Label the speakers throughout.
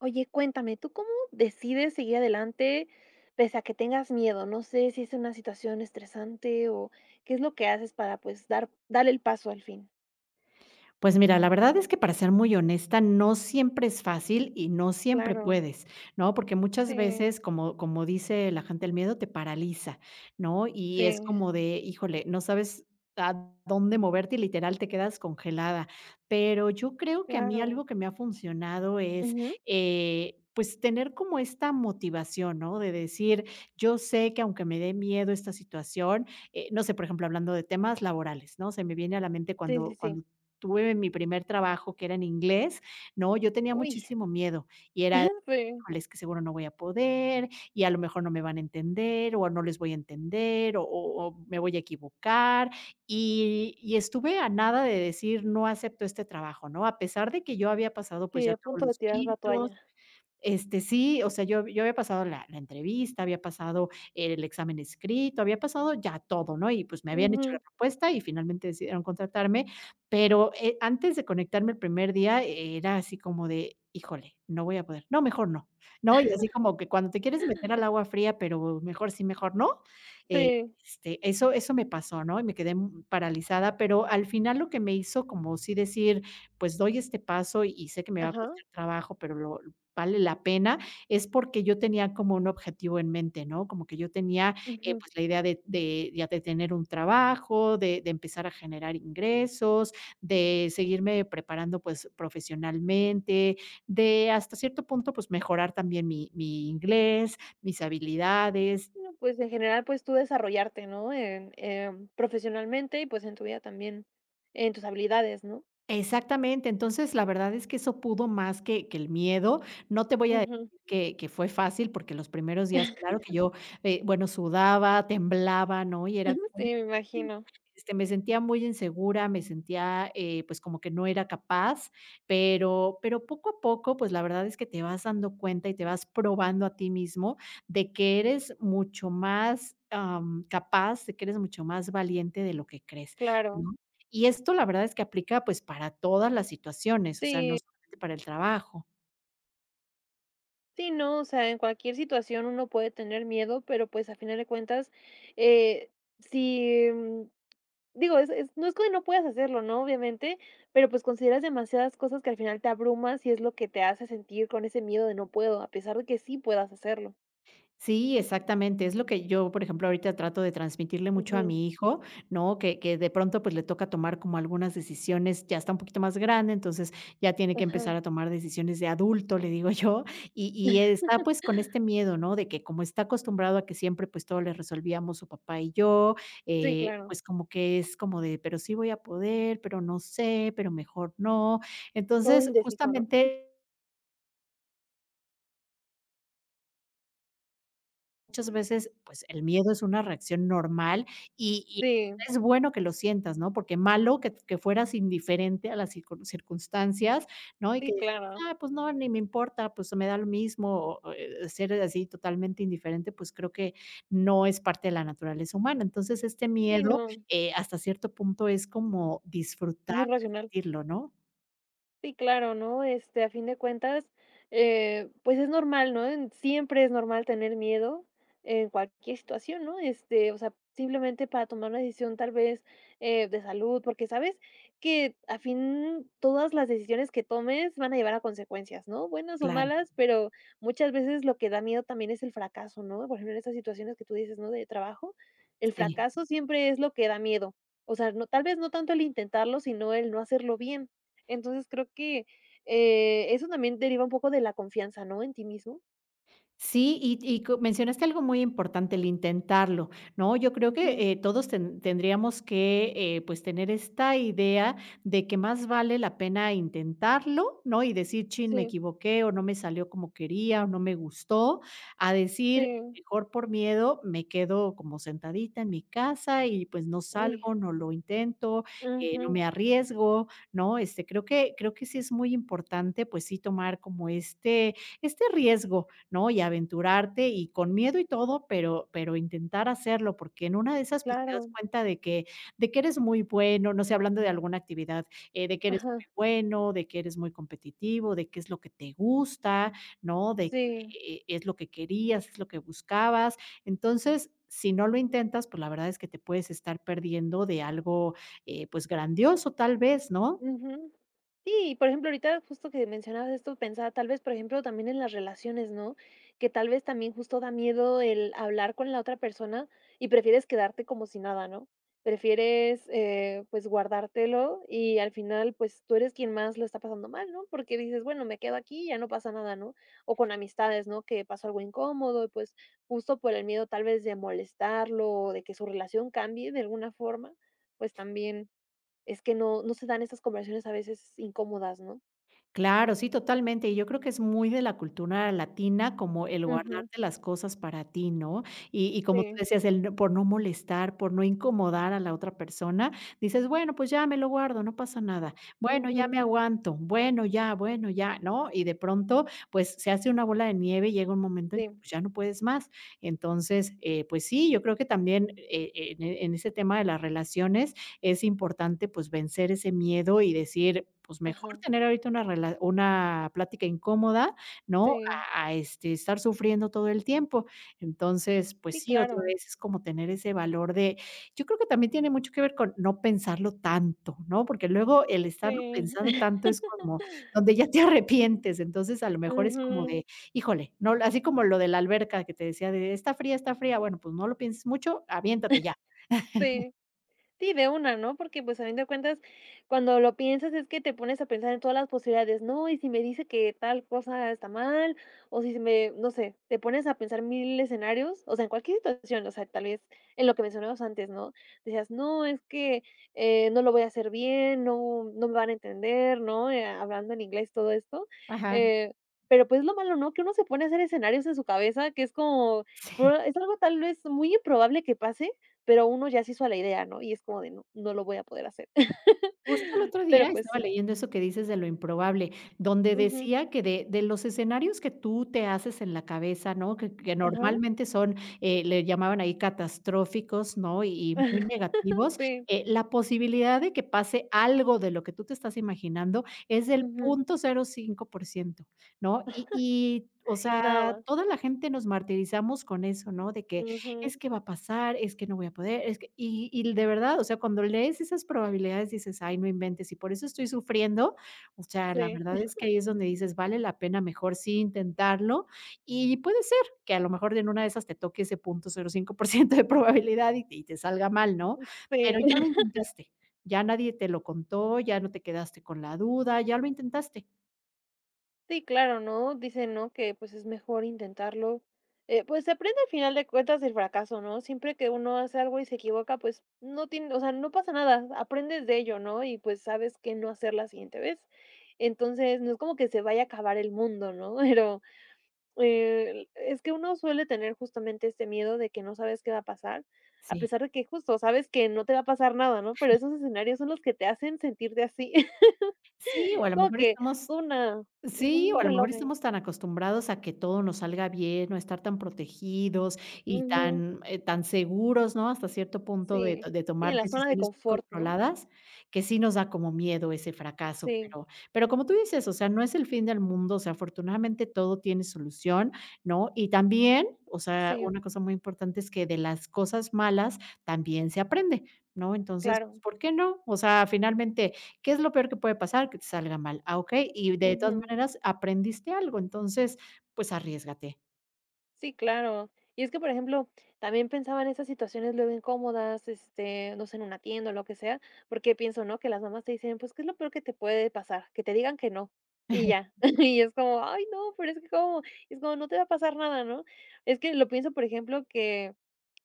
Speaker 1: Oye, cuéntame, ¿tú cómo decides seguir adelante pese a que tengas miedo? No sé si es una situación estresante o qué es lo que haces para pues dar el paso al fin.
Speaker 2: Pues mira, la verdad es que para ser muy honesta, no siempre es fácil y no siempre
Speaker 1: Claro,
Speaker 2: puedes, ¿no? Porque muchas
Speaker 1: sí,
Speaker 2: veces, como dice la gente, el miedo te paraliza, ¿no? Y es
Speaker 1: sí,
Speaker 2: como de, híjole, no sabes a dónde moverte y literal te quedas congelada. Pero yo creo que a mí algo
Speaker 1: claro,
Speaker 2: que me ha funcionado es,
Speaker 1: ujú,
Speaker 2: pues tener como esta motivación, ¿no? De decir, yo sé que aunque me dé miedo esta situación, no sé, por ejemplo, hablando de temas laborales, ¿no? Se me viene a la mente
Speaker 1: sí, sí,
Speaker 2: cuando,
Speaker 1: sí.
Speaker 2: cuando tuve mi primer trabajo, que era en inglés, ¿no? Yo tenía
Speaker 1: Uy,
Speaker 2: muchísimo miedo y era:
Speaker 1: sí,
Speaker 2: "Híjole, es que seguro no voy a poder, y a lo mejor no me van a entender, o no les voy a entender, o me voy a equivocar". Y estuve a nada de decir: "No acepto este trabajo", ¿no? A pesar de que yo había pasado, pues,
Speaker 1: sí,
Speaker 2: ya
Speaker 1: a
Speaker 2: todos
Speaker 1: punto de
Speaker 2: los
Speaker 1: tirar la
Speaker 2: filtros,
Speaker 1: toalla.
Speaker 2: sí, o sea, yo había pasado la entrevista, había pasado el examen escrito, había pasado ya todo, ¿no? Y, pues, me habían hecho la
Speaker 1: Ujú,
Speaker 2: propuesta y finalmente decidieron contratarme, pero, antes de conectarme el primer día, era así como de: "Híjole, no voy a poder. No, mejor no". ¿No? Y así como que cuando te quieres meter al agua fría, pero mejor sí, mejor no. Eh,
Speaker 1: sí,
Speaker 2: eso me pasó, ¿no? Y me quedé paralizada, pero al final lo que me hizo como sí decir: "Pues, doy este paso y sé que me va a
Speaker 1: ajá.
Speaker 2: costar trabajo, pero lo vale la pena", es porque yo tenía como un objetivo en mente, ¿no? Como que yo tenía,
Speaker 1: Ujú.
Speaker 2: pues, la idea de ya de tener un trabajo, de empezar a generar ingresos, de seguirme preparando, pues, profesionalmente, de hasta cierto punto, pues, mejorar también mi inglés, mis habilidades.
Speaker 1: Bueno, pues en general pues tú desarrollarte, ¿no? En, profesionalmente y pues en tu vida también, en tus habilidades, ¿no?
Speaker 2: Exactamente. Entonces, la verdad es que eso pudo más que el miedo. No te voy a decir
Speaker 1: Ujú,
Speaker 2: que fue fácil, porque los primeros días, claro que yo, bueno, sudaba, temblaba, ¿no? Y era
Speaker 1: sí,
Speaker 2: como de
Speaker 1: me
Speaker 2: "Ay",
Speaker 1: imagino.
Speaker 2: me sentía muy insegura, me sentía, pues, como que no era capaz, pero poco a poco, pues, la verdad es que te vas dando cuenta y te vas probando a ti mismo de que eres mucho más, capaz, de que eres mucho más valiente de lo que crees,
Speaker 1: Claro.
Speaker 2: ¿no? Y esto la verdad es que aplica, pues, para todas las situaciones, o sea, no
Speaker 1: Sí,
Speaker 2: solamente para el trabajo.
Speaker 1: sí, no, o sea, en cualquier situación uno puede tener miedo, pero pues a final de cuentas, eh, si, digo, no es que no puedas hacerlo, ¿no? Obviamente, pero pues consideras demasiadas cosas que al final te abrumas y es lo que te hace sentir con ese miedo de no puedo, a pesar de que sí puedas hacerlo.
Speaker 2: Sí, exactamente. Es lo que yo, por ejemplo, ahorita trato de transmitirle mucho a
Speaker 1: Ujú,
Speaker 2: mi hijo, ¿no? Que de pronto pues le toca tomar como algunas decisiones, ya está un poquito más grande, entonces ya tiene que empezar
Speaker 1: ajá.
Speaker 2: a tomar decisiones de adulto, le digo yo, y está pues con este miedo, ¿no? De que como está acostumbrado a que siempre pues todo le resolvíamos su papá y yo,
Speaker 1: Sí, claro.
Speaker 2: pues como que es como de, pero sí voy a poder, pero no sé, pero mejor no.
Speaker 1: Todo
Speaker 2: Entonces,
Speaker 1: indeciso, ¿no?
Speaker 2: justamente, muchas veces, pues, el miedo es una reacción normal y
Speaker 1: Sí,
Speaker 2: es bueno que lo sientas, ¿no? Porque malo que fueras indiferente a las circunstancias, ¿no? Y que,
Speaker 1: sí, claro.
Speaker 2: pues no, ni me importa, pues me da lo mismo, o, ser así totalmente indiferente, pues creo que no es parte de la naturaleza humana. Entonces, este
Speaker 1: Sí,
Speaker 2: miedo,
Speaker 1: no.
Speaker 2: hasta cierto punto es como disfrutar,
Speaker 1: Muy racional.
Speaker 2: sentirlo, ¿no?
Speaker 1: Sí, claro, ¿no? Este, a fin de cuentas, pues es normal, ¿no? Siempre es normal tener miedo en cualquier situación, ¿no? Este, o sea, simplemente para tomar una decisión tal vez de salud, porque sabes que a fin todas las decisiones que tomes van a llevar a consecuencias, ¿no? Buenas o
Speaker 2: Claro,
Speaker 1: malas, pero muchas veces lo que da miedo también es el fracaso, ¿no? Por ejemplo, en estas situaciones que tú dices, ¿no? De trabajo, el
Speaker 2: sí.
Speaker 1: fracaso siempre es lo que da miedo. O sea, no, tal vez no tanto el intentarlo, sino el no hacerlo bien. Entonces, creo que, eso también deriva un poco de la confianza, ¿no?, en ti mismo.
Speaker 2: Sí, y co mencionaste algo muy importante, el intentarlo, ¿no? Yo creo
Speaker 1: Ujú.
Speaker 2: que, todos tendríamos que, pues, tener esta idea de que más vale la pena intentarlo, ¿no? Y decir: "Chin, me
Speaker 1: Sí,
Speaker 2: equivoqué, o no me salió como quería, o no me gustó", a decir:
Speaker 1: sí.
Speaker 2: "Mejor por miedo me quedo como sentadita en mi casa y, pues, no
Speaker 1: Uy.
Speaker 2: salgo, no lo intento, no
Speaker 1: Ujú.
Speaker 2: me arriesgo", ¿no? Este, creo que sí es muy importante, pues sí, tomar como este riesgo, ¿no? Y aventurarte y con miedo y todo, pero intentar hacerlo, porque en una de esas, pues, te das
Speaker 1: Claro.
Speaker 2: cuenta de que eres muy bueno, no sé, hablando de alguna actividad, de que eres muy
Speaker 1: Ajá.
Speaker 2: bueno, de que eres muy competitivo, de qué es lo que te gusta, ¿no? De
Speaker 1: Sí.
Speaker 2: que, es lo que querías, es lo que buscabas. Entonces, si no lo intentas, pues, la verdad es que te puedes estar perdiendo de algo, pues, grandioso, tal vez, ¿no?
Speaker 1: Ujú. Sí, y por ejemplo, ahorita justo que mencionabas esto, pensaba tal vez, por ejemplo, también en las relaciones, ¿no? Que tal vez también justo da miedo el hablar con la otra persona y prefieres quedarte como si nada, ¿no? Prefieres, pues, guardártelo y al final, pues, tú eres quien más lo está pasando mal, ¿no? Porque dices, bueno, me quedo aquí ya no pasa nada, ¿no? O con amistades, ¿no? Que pasó algo incómodo y pues justo por el miedo tal vez de molestarlo o de que su relación cambie de alguna forma, pues también es que no se dan esas conversaciones a veces incómodas, ¿no?
Speaker 2: Claro, sí, totalmente. Y yo creo que es muy de la cultura latina como el
Speaker 1: Ujú,
Speaker 2: guardarte las cosas para ti, ¿no? Y como tú
Speaker 1: sí,
Speaker 2: decías, el no por no molestar, por no incomodar a la otra persona, dices: "Bueno, pues ya me lo guardo, no pasa nada. Bueno, ya
Speaker 1: ujú,
Speaker 2: me aguanto. Bueno, ya, bueno, ya", ¿no? Y de pronto, pues, se hace una bola de nieve y llega un momento en que,
Speaker 1: sí.
Speaker 2: pues, ya no puedes más. Entonces, pues sí, yo creo que también, en ese tema de las relaciones, es importante, pues, vencer ese miedo y decir, pues, mejor
Speaker 1: Ajá.
Speaker 2: tener ahorita una plática incómoda, ¿no?
Speaker 1: Sí,
Speaker 2: A estar sufriendo todo el tiempo. Entonces, pues
Speaker 1: sí,
Speaker 2: sí, otra
Speaker 1: claro,
Speaker 2: vez es como tener ese valor de, yo creo que también tiene mucho que ver con no pensarlo tanto, ¿no? Porque luego el estarlo
Speaker 1: sí.
Speaker 2: pensando tanto es como donde ya te arrepientes. Entonces, a lo mejor es como
Speaker 1: Ujú,
Speaker 2: de, híjole, no, así como lo de la alberca que te decía de está fría, está fría. Bueno, pues no lo pienses mucho, aviéntate ya.
Speaker 1: sí. Sí, de una, ¿no? Porque, pues, a fin de cuentas, cuando lo piensas es que te pones a pensar en todas las posibilidades, ¿no? Y si me dice que tal cosa está mal, o si me, no sé, te pones a pensar mil escenarios, o sea, en cualquier situación, o sea, tal vez en lo que mencionamos antes, ¿no? Decías, no, es que no lo voy a hacer bien, no, no me van a entender, ¿no? Hablando en inglés, todo esto.
Speaker 2: Ajá,
Speaker 1: eh, pero pues lo malo, ¿no? Que uno se pone a hacer escenarios en su cabeza, que es como,
Speaker 2: sí.
Speaker 1: es algo tal vez muy improbable que pase, pero uno ya se hizo a la idea, ¿no? Y es como de no, no lo voy a poder hacer.
Speaker 2: Justo el otro día
Speaker 1: Pero, pues
Speaker 2: estaba
Speaker 1: sí.
Speaker 2: leyendo eso que dices de lo improbable, donde
Speaker 1: Ujú.
Speaker 2: decía que de los escenarios que tú te haces en la cabeza, ¿no? Que
Speaker 1: Ajá.
Speaker 2: normalmente son, le llamaban ahí catastróficos, ¿no? Y muy negativos,
Speaker 1: Sí.
Speaker 2: la posibilidad de que pase algo de lo que tú te estás imaginando es del
Speaker 1: Ujú.
Speaker 2: 0.05%, ¿no? Y, o sea,
Speaker 1: Nada.
Speaker 2: toda la gente nos martirizamos con eso, ¿no? De que
Speaker 1: Ujú.
Speaker 2: es que va a pasar, es que no voy a poder, es que y de verdad, o sea, cuando lees esas probabilidades dices: "Ay, no inventes, y por eso estoy sufriendo", o sea, la
Speaker 1: Sí.
Speaker 2: verdad es que ahí es donde dices: "Vale la pena mejor sí intentarlo", y puede ser que a lo mejor en una de esas te toque ese punto 0.5% de probabilidad y te salga mal, ¿no? Pero
Speaker 1: Sí.
Speaker 2: ya lo intentaste, ya nadie te lo contó, ya no te quedaste con la duda, ya lo intentaste.
Speaker 1: Sí, claro, ¿no? Dicen, ¿no? Que, pues, es mejor intentarlo. Pues, se aprende al final de cuentas del fracaso, ¿no? Siempre que uno hace algo y se equivoca, pues, no tiene, o sea, no pasa nada, aprendes de ello, ¿no? Y, pues, sabes qué no hacer la siguiente vez. Entonces, no es como que se vaya a acabar el mundo, ¿no? Pero es que uno suele tener justamente este miedo de que no sabes qué va a pasar, a
Speaker 2: Sí.
Speaker 1: pesar de que justo sabes que no te va a pasar nada, ¿no? Pero esos escenarios son los que te hacen sentirte así,
Speaker 2: Sí, o a lo
Speaker 1: como
Speaker 2: mejor
Speaker 1: que
Speaker 2: estamos
Speaker 1: una
Speaker 2: Sí, o
Speaker 1: un
Speaker 2: a lo mejor
Speaker 1: reloj ahí.
Speaker 2: estamos tan acostumbrados a que todo nos salga bien, o a estar tan protegidos y
Speaker 1: Ujú,
Speaker 2: tan, tan seguros, ¿no? Hasta cierto punto de to
Speaker 1: sí,
Speaker 2: de
Speaker 1: sí,
Speaker 2: tomar
Speaker 1: en la zona de
Speaker 2: decisiones muy
Speaker 1: confort, ¿no?
Speaker 2: controladas, que sí nos da como miedo ese fracaso,
Speaker 1: Sí,
Speaker 2: pero como tú dices, o sea, no es el fin del mundo, o sea, afortunadamente todo tiene solución, ¿no? Y también, o sea,
Speaker 1: sí,
Speaker 2: una cosa muy importante es que de las cosas malas también se aprende, ¿no? Entonces, pues,
Speaker 1: claro.
Speaker 2: ¿por qué no? O sea, finalmente, ¿qué es lo peor que puede pasar? Que te salga mal. Ah, okey, y de todas
Speaker 1: Ujú.
Speaker 2: maneras aprendiste algo, entonces, pues arriesgate.
Speaker 1: Sí, claro. Y es que, por ejemplo, también pensaba en esas situaciones luego incómodas, este, no sé, en una tienda o lo que sea, porque pienso, ¿no? Que las mamás te dicen, pues, ¿qué es lo peor que te puede pasar? Que te digan que no. Y ya. Y es como, ay, no, pero es que como, es como, no te va a pasar nada, ¿no? Es que lo pienso, por ejemplo, que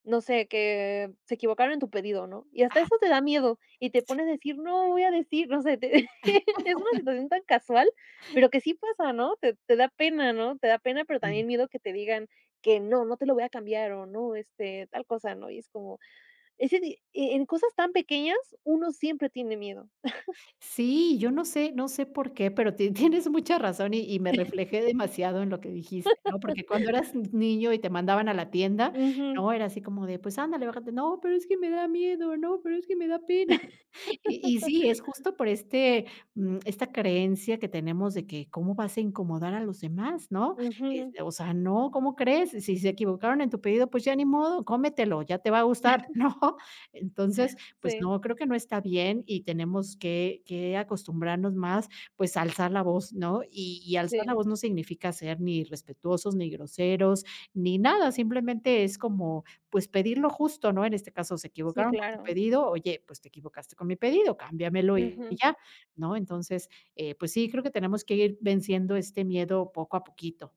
Speaker 1: no sé, que se equivocaron en tu pedido, ¿no? Y hasta
Speaker 2: Ajá,
Speaker 1: eso te da miedo, y te pones a decir: "No voy a decir", no sé, te es una situación tan casual, pero que sí pasa, ¿no? Te da pena, ¿no? Te da pena, pero
Speaker 2: sí.
Speaker 1: también miedo que te digan que no, no te lo voy a cambiar o no, este, tal cosa, ¿no? Y es como ese di e en cosas tan pequeñas uno siempre tiene miedo.
Speaker 2: Sí, yo no sé por qué, pero ti tienes mucha razón y me reflejé demasiado en lo que dijiste, ¿no? Porque cuando eras n niño y te mandaban a la tienda,
Speaker 1: Ujú,
Speaker 2: ¿no? Era así como de: "Pues ándale, bájate". "No, pero es que me da miedo, no, pero es que me da pena". Y sí, es justo por este, esta creencia que tenemos de que, ¿cómo vas a incomodar a los demás?, ¿no? Es,
Speaker 1: ujú.
Speaker 2: o sea, no, ¿cómo crees? Si se equivocaron en tu pedido, pues ya ni modo, cómetelo, ya te va a gustar, ¿no? Entonces, pues
Speaker 1: Sí,
Speaker 2: no, creo que no está bien y tenemos que acostumbrarnos más, pues, a alzar la voz, ¿no? Y alzar la
Speaker 1: sí,
Speaker 2: voz no significa ser ni irrespetuosos, ni groseros, ni nada, simplemente es como pues, pedir lo justo, ¿no? En este caso, se
Speaker 1: sí,
Speaker 2: equivocaron con tu
Speaker 1: claro.
Speaker 2: pedido, oye, pues, te equivocaste con mi pedido, cámbiamelo y
Speaker 1: Ujú.
Speaker 2: ya, ¿no? Entonces, pues sí, creo que tenemos que ir venciendo este miedo poco a poquito.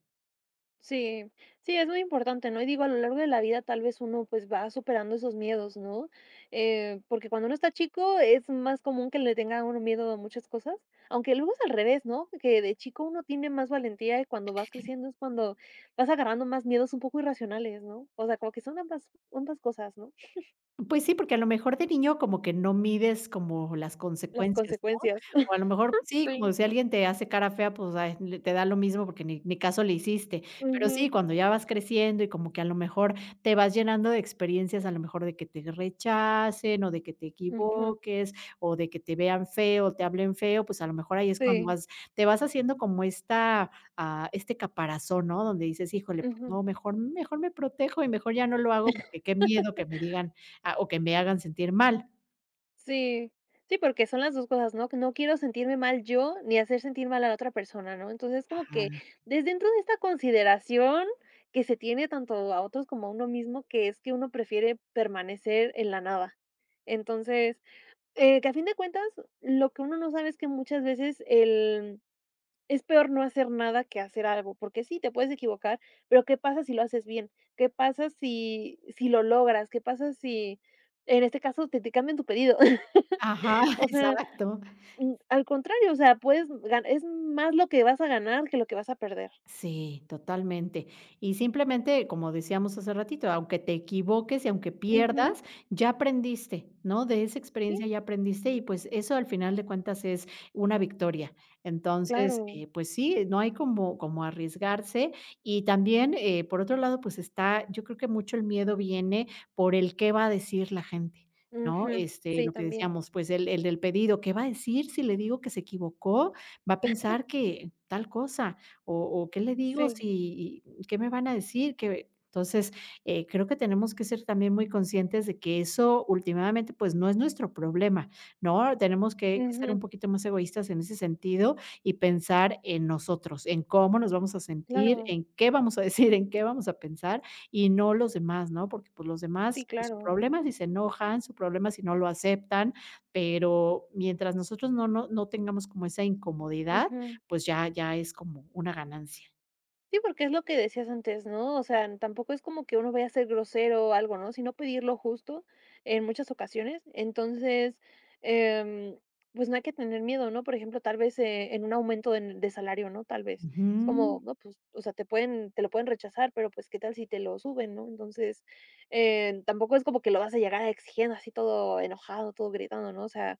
Speaker 1: Sí, sí, es muy importante, ¿no? Y digo, a lo largo de la vida tal vez uno pues va superando esos miedos, ¿no? Porque cuando uno está chico es más común que le tenga uno miedo a muchas cosas, aunque luego es al revés, ¿no? Que de chico uno tiene más valentía y cuando vas creciendo es cuando vas agarrando más miedos un poco irracionales, ¿no? O sea, como que son ambas cosas, ¿no?
Speaker 2: Pues sí, porque a lo mejor de niño como que no mides como las
Speaker 1: Las
Speaker 2: consecuencias, ¿no?
Speaker 1: consecuencias.
Speaker 2: O a lo mejor pues sí, como
Speaker 1: Sí.
Speaker 2: si alguien te hace cara fea, pues, ay, le te da lo mismo porque ni caso le hiciste. Pero sí,
Speaker 1: Ujú,
Speaker 2: cuando ya vas creciendo y como que a lo mejor te vas llenando de experiencias, a lo mejor de que te rechacen, o de que te
Speaker 1: ujú,
Speaker 2: equivoques, o de que te vean feo, te hablen feo, pues, a lo mejor ahí es cuando
Speaker 1: sí.
Speaker 2: vas te vas haciendo como esta, este caparazón, ¿no? Donde dices: "Híjole, pues
Speaker 1: Ujú.
Speaker 2: no, mejor me protejo y mejor ya no lo hago porque qué miedo que me digan. Ah, o que me hagan sentir mal".
Speaker 1: Sí, sí, porque son las 2 cosas, ¿no? Que no quiero sentirme mal yo, ni hacer sentir mal a la otra persona, ¿no? Entonces, como
Speaker 2: Ajá.
Speaker 1: que desde dentro de esta consideración que se tiene tanto a otros como a uno mismo, que es que uno prefiere permanecer en la nada. Entonces, que a fin de cuentas, lo que uno no sabe es que muchas veces el es peor no hacer nada que hacer algo, porque sí, te puedes equivocar, pero ¿qué pasa si lo haces bien? ¿Qué pasa si lo logras? ¿Qué pasa si, en este caso, te cambian tu pedido?
Speaker 2: Ajá,
Speaker 1: O sea,
Speaker 2: exacto.
Speaker 1: Al contrario, o sea, puedes gan es más lo que vas a ganar que lo que vas a perder.
Speaker 2: Sí, totalmente. Y simplemente, como decíamos hace ratito, aunque te equivoques y aunque
Speaker 1: Ujú,
Speaker 2: pierdas, ya aprendiste, ¿no? De esa experiencia
Speaker 1: sí,
Speaker 2: ya aprendiste y pues eso al final de cuentas es una victoria. Entonces,
Speaker 1: claro.
Speaker 2: pues sí, no hay como, como arriesgarse. Y también, por otro lado, pues está, yo creo que mucho el miedo viene por el qué va a decir la gente. ¿No?
Speaker 1: Ujú,
Speaker 2: Este,
Speaker 1: sí,
Speaker 2: lo que
Speaker 1: también.
Speaker 2: decíamos, pues el del pedido, ¿qué va a decir si le digo que se equivocó? Va a pensar que tal cosa, o qué le digo,
Speaker 1: Sí,
Speaker 2: si qué me van a decir, que entonces, creo que tenemos que ser también muy conscientes de que eso últimamente, pues, no es nuestro problema, ¿no? Tenemos que ser un
Speaker 1: ujú,
Speaker 2: poquito más egoístas en ese sentido y pensar en nosotros, en cómo nos vamos a sentir,
Speaker 1: claro.
Speaker 2: en qué vamos a decir, en qué vamos a pensar y no los demás, ¿no? Porque, pues, los
Speaker 1: Sí,
Speaker 2: demás, pues, su
Speaker 1: claro.
Speaker 2: problema es si se enojan, su problema es si no lo aceptan, pero mientras nosotros no tengamos como esa incomodidad,
Speaker 1: Ujú.
Speaker 2: pues ya ya es como una ganancia.
Speaker 1: Sí, porque es lo que decías antes, ¿no? O sea, tampoco es como que uno vaya a ser grosero o algo, ¿no? Sino pedir lo justo en muchas ocasiones. Entonces, em, pues no hay que tener miedo, ¿no? Por ejemplo, tal vez en un aumento de salario, ¿no? Tal vez. Es como,
Speaker 2: Ujú.
Speaker 1: no, pues, o sea, te pueden, te lo pueden rechazar, pero pues, ¿qué tal si te lo suben?, ¿no? Entonces, tampoco es como que lo vas a llegar exigiendo así todo enojado, todo gritando, ¿no? O sea,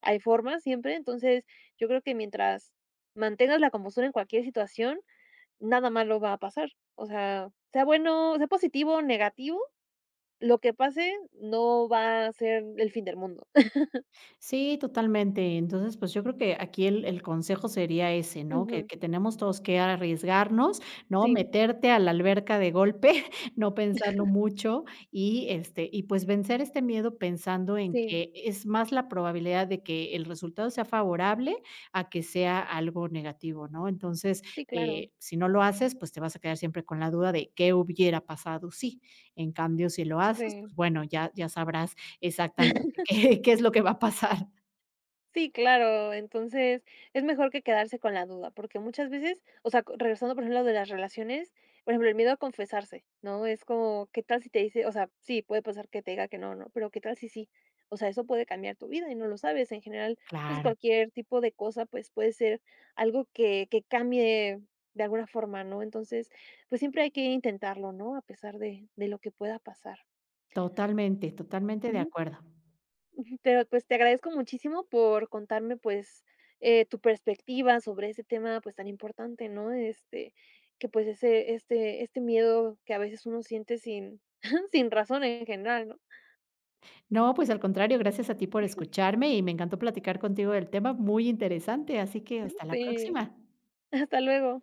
Speaker 1: hay formas siempre. Entonces, yo creo que mientras mantengas la compostura en cualquier situación, nada malo va a pasar. O sea, sea bueno, sea positivo, negativo, lo que pase no va a ser el fin del mundo.
Speaker 2: Sí, totalmente. Entonces, pues, yo creo que aquí el consejo sería ese, ¿no?
Speaker 1: Ujú.
Speaker 2: Que tenemos todos que arriesgarnos, ¿no?
Speaker 1: Sí,
Speaker 2: Meterte a la alberca de golpe, no pensarlo mucho y, este, y pues, vencer este miedo pensando en
Speaker 1: sí,
Speaker 2: que es más la probabilidad de que el resultado sea favorable a que sea algo negativo, ¿no? Entonces,
Speaker 1: sí, claro,
Speaker 2: si no lo haces, pues, te vas a quedar siempre con la duda de qué hubiera pasado sí. En cambio, si lo haces, pues,
Speaker 1: sí.
Speaker 2: bueno, ya sabrás. Exactamente, ¿qué es lo que va a pasar?
Speaker 1: Sí, claro. Entonces, es mejor que quedarse con la duda, porque muchas veces, o sea, regresando, por ejemplo, de las relaciones, por ejemplo, el miedo a confesarse, ¿no? Es como, ¿qué tal si te dice?, o sea, sí, puede pasar que te diga que no, no, pero ¿qué tal si sí? O sea, eso puede cambiar tu vida y no lo sabes. En general, pues
Speaker 2: Claro,
Speaker 1: cualquier tipo de cosa, pues puede ser algo que cambie de alguna forma, ¿no? Entonces, pues siempre hay que intentarlo, ¿no? A pesar de lo que pueda pasar.
Speaker 2: totalmente, totalmente de
Speaker 1: Ujú.
Speaker 2: acuerdo.
Speaker 1: Pero, pues, te agradezco muchísimo por contarme, pues, tu perspectiva sobre ese tema, pues, tan importante, ¿no? Este, que, pues, ese este este miedo que a veces uno siente sin sin razón en general, ¿no?
Speaker 2: No, pues al contrario, gracias a ti por escucharme y me encantó platicar contigo del tema, muy interesante, así que hasta la
Speaker 1: Sí,
Speaker 2: próxima.
Speaker 1: hasta luego.